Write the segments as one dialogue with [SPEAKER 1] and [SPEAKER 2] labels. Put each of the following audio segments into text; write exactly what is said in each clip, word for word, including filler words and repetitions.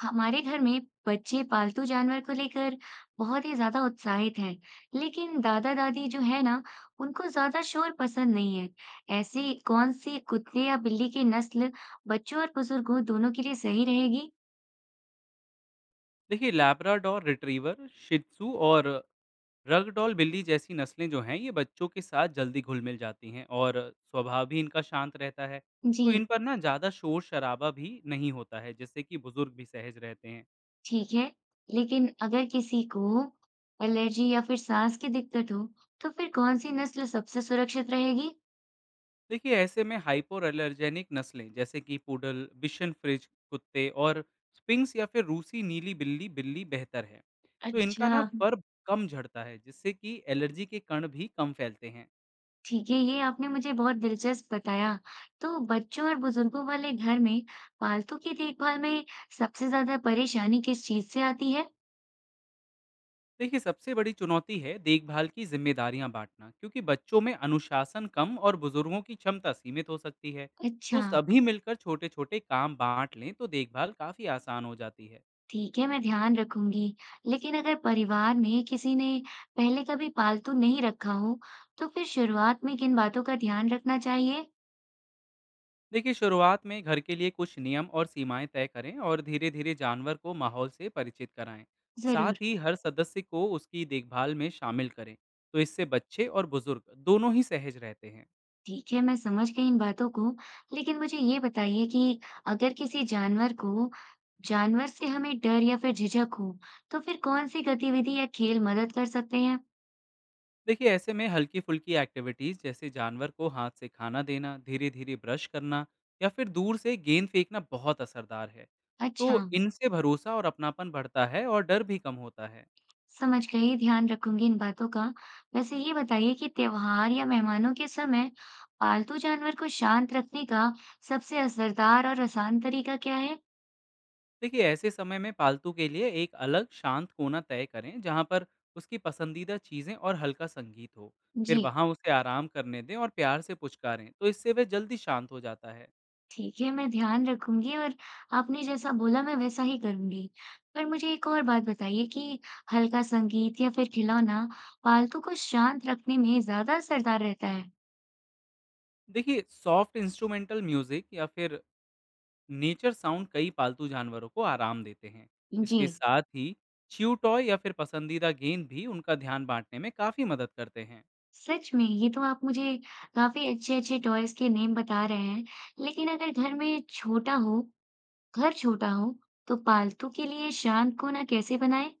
[SPEAKER 1] हमारे घर में बच्चे पालतू जानवर को लेकर बहुत ही ज्यादा उत्साहित हैं, लेकिन दादा दादी जो है ना, उनको ज्यादा शोर पसंद नहीं है। ऐसी कौन सी कुत्ते या बिल्ली की नस्ल बच्चों और बुजुर्गों दोनों के लिए सही रहेगी?
[SPEAKER 2] देखिए लैब्राडोर रिट्रीवर, शित्ज़ू और रगडॉल बिल्ली जैसी नस्लें जो हैं, ये बच्चों के साथ जल्दी घुल-मिल जाती हैं और स्वभाव भी इनका शांत रहता है। तो इन
[SPEAKER 1] जी,
[SPEAKER 2] पर ना ज़्यादा शोर-शराबा भी नहीं होता है, जिससे कि बुज़ुर्ग भी सहज रहते हैं।
[SPEAKER 1] ठीक है। लेकिन अगर किसी को एलर्जी या फिर सांस की दिक्कत हो, तो फिर कौन सी नस्ल सबसे सुरक्षित रहेगी?
[SPEAKER 2] देखिए ऐसे में हाइपोएलर्जेनिक नस्लें जैसे कि पूडल, बिशन फ्रिज कुत्ते और स्पिंक्स या फिर रूसी नीली बिल्ली, बिल्ली बेहतर है। तो इनका
[SPEAKER 1] अच्छा,
[SPEAKER 2] ना फर कम झड़ता है, जिससे कि एलर्जी के कण भी कम फैलते हैं।
[SPEAKER 1] ठीक है, ये आपने मुझे बहुत दिलचस्प बताया। तो बच्चों और बुजुर्गों वाले घर में पालतू की देखभाल में सबसे ज़्यादा परेशानी किस चीज़ से आती है?
[SPEAKER 2] देखिए सबसे बड़ी चुनौती है देखभाल की जिम्मेदारियां बांटना क्योंकि बच्चों में अनुशासन कम और बुजुर्गों की क्षमता सीमित हो सकती है।
[SPEAKER 1] अच्छा,
[SPEAKER 2] तो सभी मिलकर छोटे छोटे काम बांट लें तो देखभाल काफी आसान हो जाती है।
[SPEAKER 1] ठीक है, मैं ध्यान रखूंगी। लेकिन अगर परिवार में किसी ने पहले कभी पालतू नहीं रखा हो, तो फिर शुरुआत में किन बातों का ध्यान रखना चाहिए?
[SPEAKER 2] देखिए शुरुआत में घर के लिए कुछ नियम और सीमाएं तय करें और धीरे धीरे जानवर को माहौल से परिचित कराएं। साथ
[SPEAKER 1] ज़रूर।
[SPEAKER 2] ही हर सदस्य को उसकी देखभाल में शामिल करें तो इससे बच्चे और बुजुर्ग दोनों ही सहज रहते हैं।
[SPEAKER 1] ठीक है, मैं समझ गई इन बातों को, लेकिन मुझे ये बताइए कि अगर किसी जानवर को जानवर से हमें डर या फिर झिझक हो, तो फिर कौन-सी गतिविधि या खेल मदद कर सकते हैं?
[SPEAKER 2] देखिए ऐसे में हल्की फुल्की एक्टिविटीज जैसे जानवर को हाथ से खाना देना, धीरे धीरे ब्रश करना या फिर दूर से गेंद फेंकना बहुत असरदार है।
[SPEAKER 1] अच्छा,
[SPEAKER 2] तो इनसे भरोसा और अपनापन बढ़ता है और डर भी कम होता है।
[SPEAKER 1] समझ गई, ध्यान रखूंगी इन बातों का। वैसे ये बताइए कि त्योहार या मेहमानों के समय पालतू जानवर को शांत रखने का सबसे असरदार और आसान तरीका क्या है?
[SPEAKER 2] देखिए ऐसे समय में पालतू के लिए एक अलग शांत कोना तय करें जहाँ पर उसकी पसंदीदा चीज़ें और हल्का संगीत हो। फिर
[SPEAKER 1] जी।
[SPEAKER 2] वहाँ उसे आराम करने दें और प्यार से पुचकारें तो इससे वह जल्दी शांत हो जाता है।
[SPEAKER 1] ठीक है, मैं ध्यान रखूँगी और आपने जैसा बोला मैं वैसा ही करूँगी। पर मुझे एक और बात बताइए कि हल्का संगीत या फिर खिलौना पालतू को शांत रखने में ज़्यादा असरदार रहता है?
[SPEAKER 2] देखिए सॉफ्ट इंस्ट्रूमेंटल म्यूजिक या फिर नेचर साउंड कई पालतू जानवरों को आराम देते हैं।
[SPEAKER 1] जी।
[SPEAKER 2] इसके साथ ही च्यू टॉय या फिर पसंदीदा गेंद भी उनका ध्यान बांटने में काफ़ी मदद करते हैं।
[SPEAKER 1] सच में, ये तो आप मुझे काफ़ी अच्छे-अच्छे टॉयज़ के नेम बता रहे हैं। लेकिन अगर घर में छोटा हो घर छोटा हो, तो पालतू के लिए शांत कोना कैसे बनाएँ?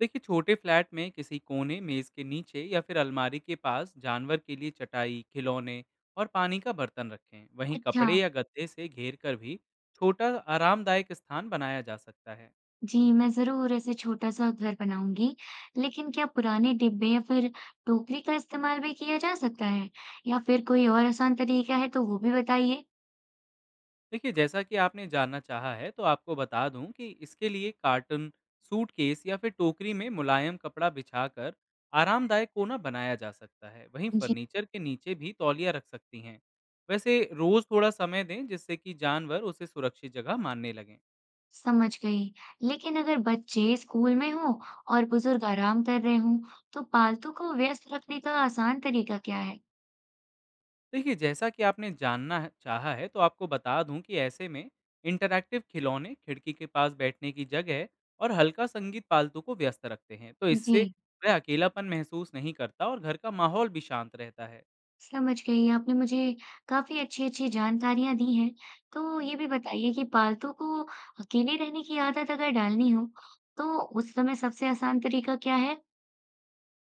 [SPEAKER 2] देखिए छोटे फ्लैट में किसी कोने, मेज़ के नीचे या फिर अलमारी के पास जानवर के लिए चटाई, खिलौने और पानी का बर्तन रखें। वहीं
[SPEAKER 1] अच्छा।
[SPEAKER 2] कपड़े या गद्दे से घेर कर भी छोटा आरामदायक स्थान बनाया जा सकता है।
[SPEAKER 1] जी, मैं ज़रूर ऐसे छोटा-सा घर बनाऊँगी। लेकिन क्या पुराने डिब्बे या फिर टोकरी का इस्तेमाल भी किया जा सकता है? या फिर कोई और आसान तरीका है तो वो भी बताइए।
[SPEAKER 2] देखिए जैसा कि आपने जानना चाहा है तो आपको बता दूं कि इसके लिए कार्टन, सूटकेस या फिर टोकरी में मुलायम कपड़ा बिछाकर आरामदायक कोना बनाया जा सकता है। वहीं
[SPEAKER 1] जी।
[SPEAKER 2] फर्नीचर के नीचे भी तौलिया रख सकती हैं। वैसे रोज थोड़ा समय दें जिससे कि जानवर उसे सुरक्षित जगह मानने लगें।
[SPEAKER 1] समझ गई। लेकिन अगर बच्चे स्कूल में हों और बुज़ुर्ग आराम कर रहे हों, तो पालतू को व्यस्त रखने का आसान तरीका क्या है?
[SPEAKER 2] देखिए जैसा कि आपने जानना है- चाहा है तो आपको बता दूं कि ऐसे में इंटरैक्टिव खिलौने, खिड़की के पास बैठने की जगह और हल्का संगीत पालतू को व्यस्त रखते हैं तो
[SPEAKER 1] जी।
[SPEAKER 2] इससे वह अकेलापन महसूस नहीं करता और घर का माहौल भी शांत रहता है।
[SPEAKER 1] समझ गई। आपने मुझे काफ़ी अच्छी-अच्छी जानकारियाँ दी हैं। तो ये भी बताइए कि पालतू को अकेले रहने की आदत अगर डालनी हो, तो उस समय सबसे आसान तरीका क्या है?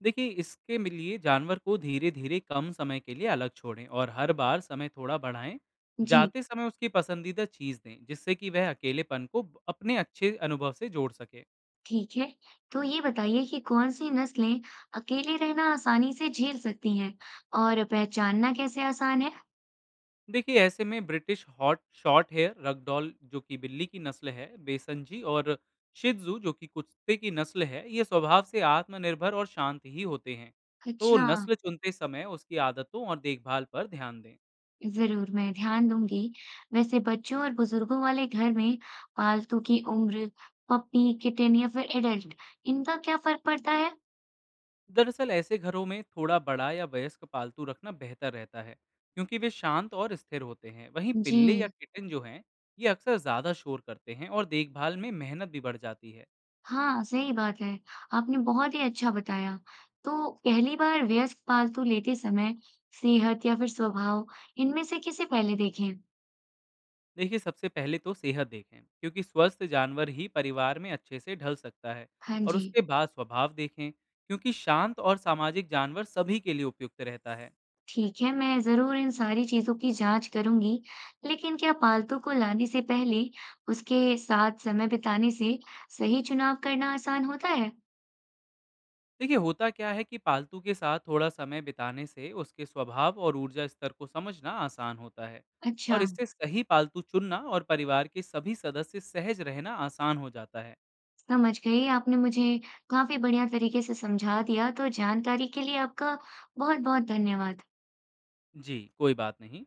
[SPEAKER 2] देखिए इसके लिए जानवर को धीरे धीरे कम समय के लिए अलग छोड़ें और हर बार समय थोड़ा बढ़ाएं।
[SPEAKER 1] जी,
[SPEAKER 2] जाते समय उसकी पसंदीदा चीज़ दें जिससे कि वह अकेलेपन को अपने अच्छे अनुभव से जोड़ सके।
[SPEAKER 1] ठीक है। तो ये बताइए कि कौन-सी नस्लें अकेले रहना आसानी से झेल सकती हैं और पहचानना कैसे आसान है?
[SPEAKER 2] देखिए ऐसे में British hot short hair, ragdoll जो कि बिल्ली की नस्ल है, बेसनजी और शिजू जो कि कुत्ते की नस्ल है, ये स्वभाव से आत्मनिर्भर और शांत ही होते हैं। तो
[SPEAKER 1] अच्छा,
[SPEAKER 2] नस्ल चुनते समय उसकी आदतों और देखभाल पर ध्यान दें।
[SPEAKER 1] ज़रूर मैं ध्यान दूँगी। वैसे बच्चों और बुज़ुर्गों वाले घर में पालतू की उम्र, पप्पी, किटन या फिर एडल्ट, इनका क्या फ़र्क पड़ता है?
[SPEAKER 2] दरअसल ऐसे घरों में थोड़ा बड़ा या वयस्क पालतू रखना बेहतर रहता है क्योंकि वे शांत और स्थिर होते हैं। वहीं पिल्ले या
[SPEAKER 1] जी,
[SPEAKER 2] किटन जो हैं, ये अक्सर ज़्यादा शोर करते हैं और देखभाल में मेहनत भी बढ़ जाती है।
[SPEAKER 1] हाँ, सही बात है। आपने बहुत ही अच्छा बताया। तो पहली बार वयस्क पालतू लेते समय सेहत या फिर स्वभाव इनमें से किसे पहले देखें?
[SPEAKER 2] देखिए सबसे पहले तो सेहत देखें क्योंकि स्वस्थ जानवर ही परिवार में अच्छे से ढल सकता है।
[SPEAKER 1] हाँ
[SPEAKER 2] और
[SPEAKER 1] जी,
[SPEAKER 2] उसके बाद स्वभाव देखें क्योंकि शांत और सामाजिक जानवर सभी के लिए उपयुक्त रहता है।
[SPEAKER 1] ठीक है, मैं ज़रूर इन सारी चीज़ों की जांच करूंगी। लेकिन क्या पालतू को लाने से पहले उसके साथ समय बिताने से सही चुनाव करना आसान होता है?
[SPEAKER 2] देखिए होता क्या है कि पालतू के साथ थोड़ा समय बिताने से उसके स्वभाव और ऊर्जा स्तर को समझना आसान होता है
[SPEAKER 1] अच्छा,
[SPEAKER 2] और इससे सही पालतू चुनना और परिवार के सभी सदस्य सहज रहना आसान हो जाता है।
[SPEAKER 1] समझ गई। आपने मुझे काफ़ी बढ़िया तरीके से समझा दिया। तो जानकारी के लिए आपका बहुत-बहुत धन्यवाद।
[SPEAKER 2] जी कोई बात नहीं।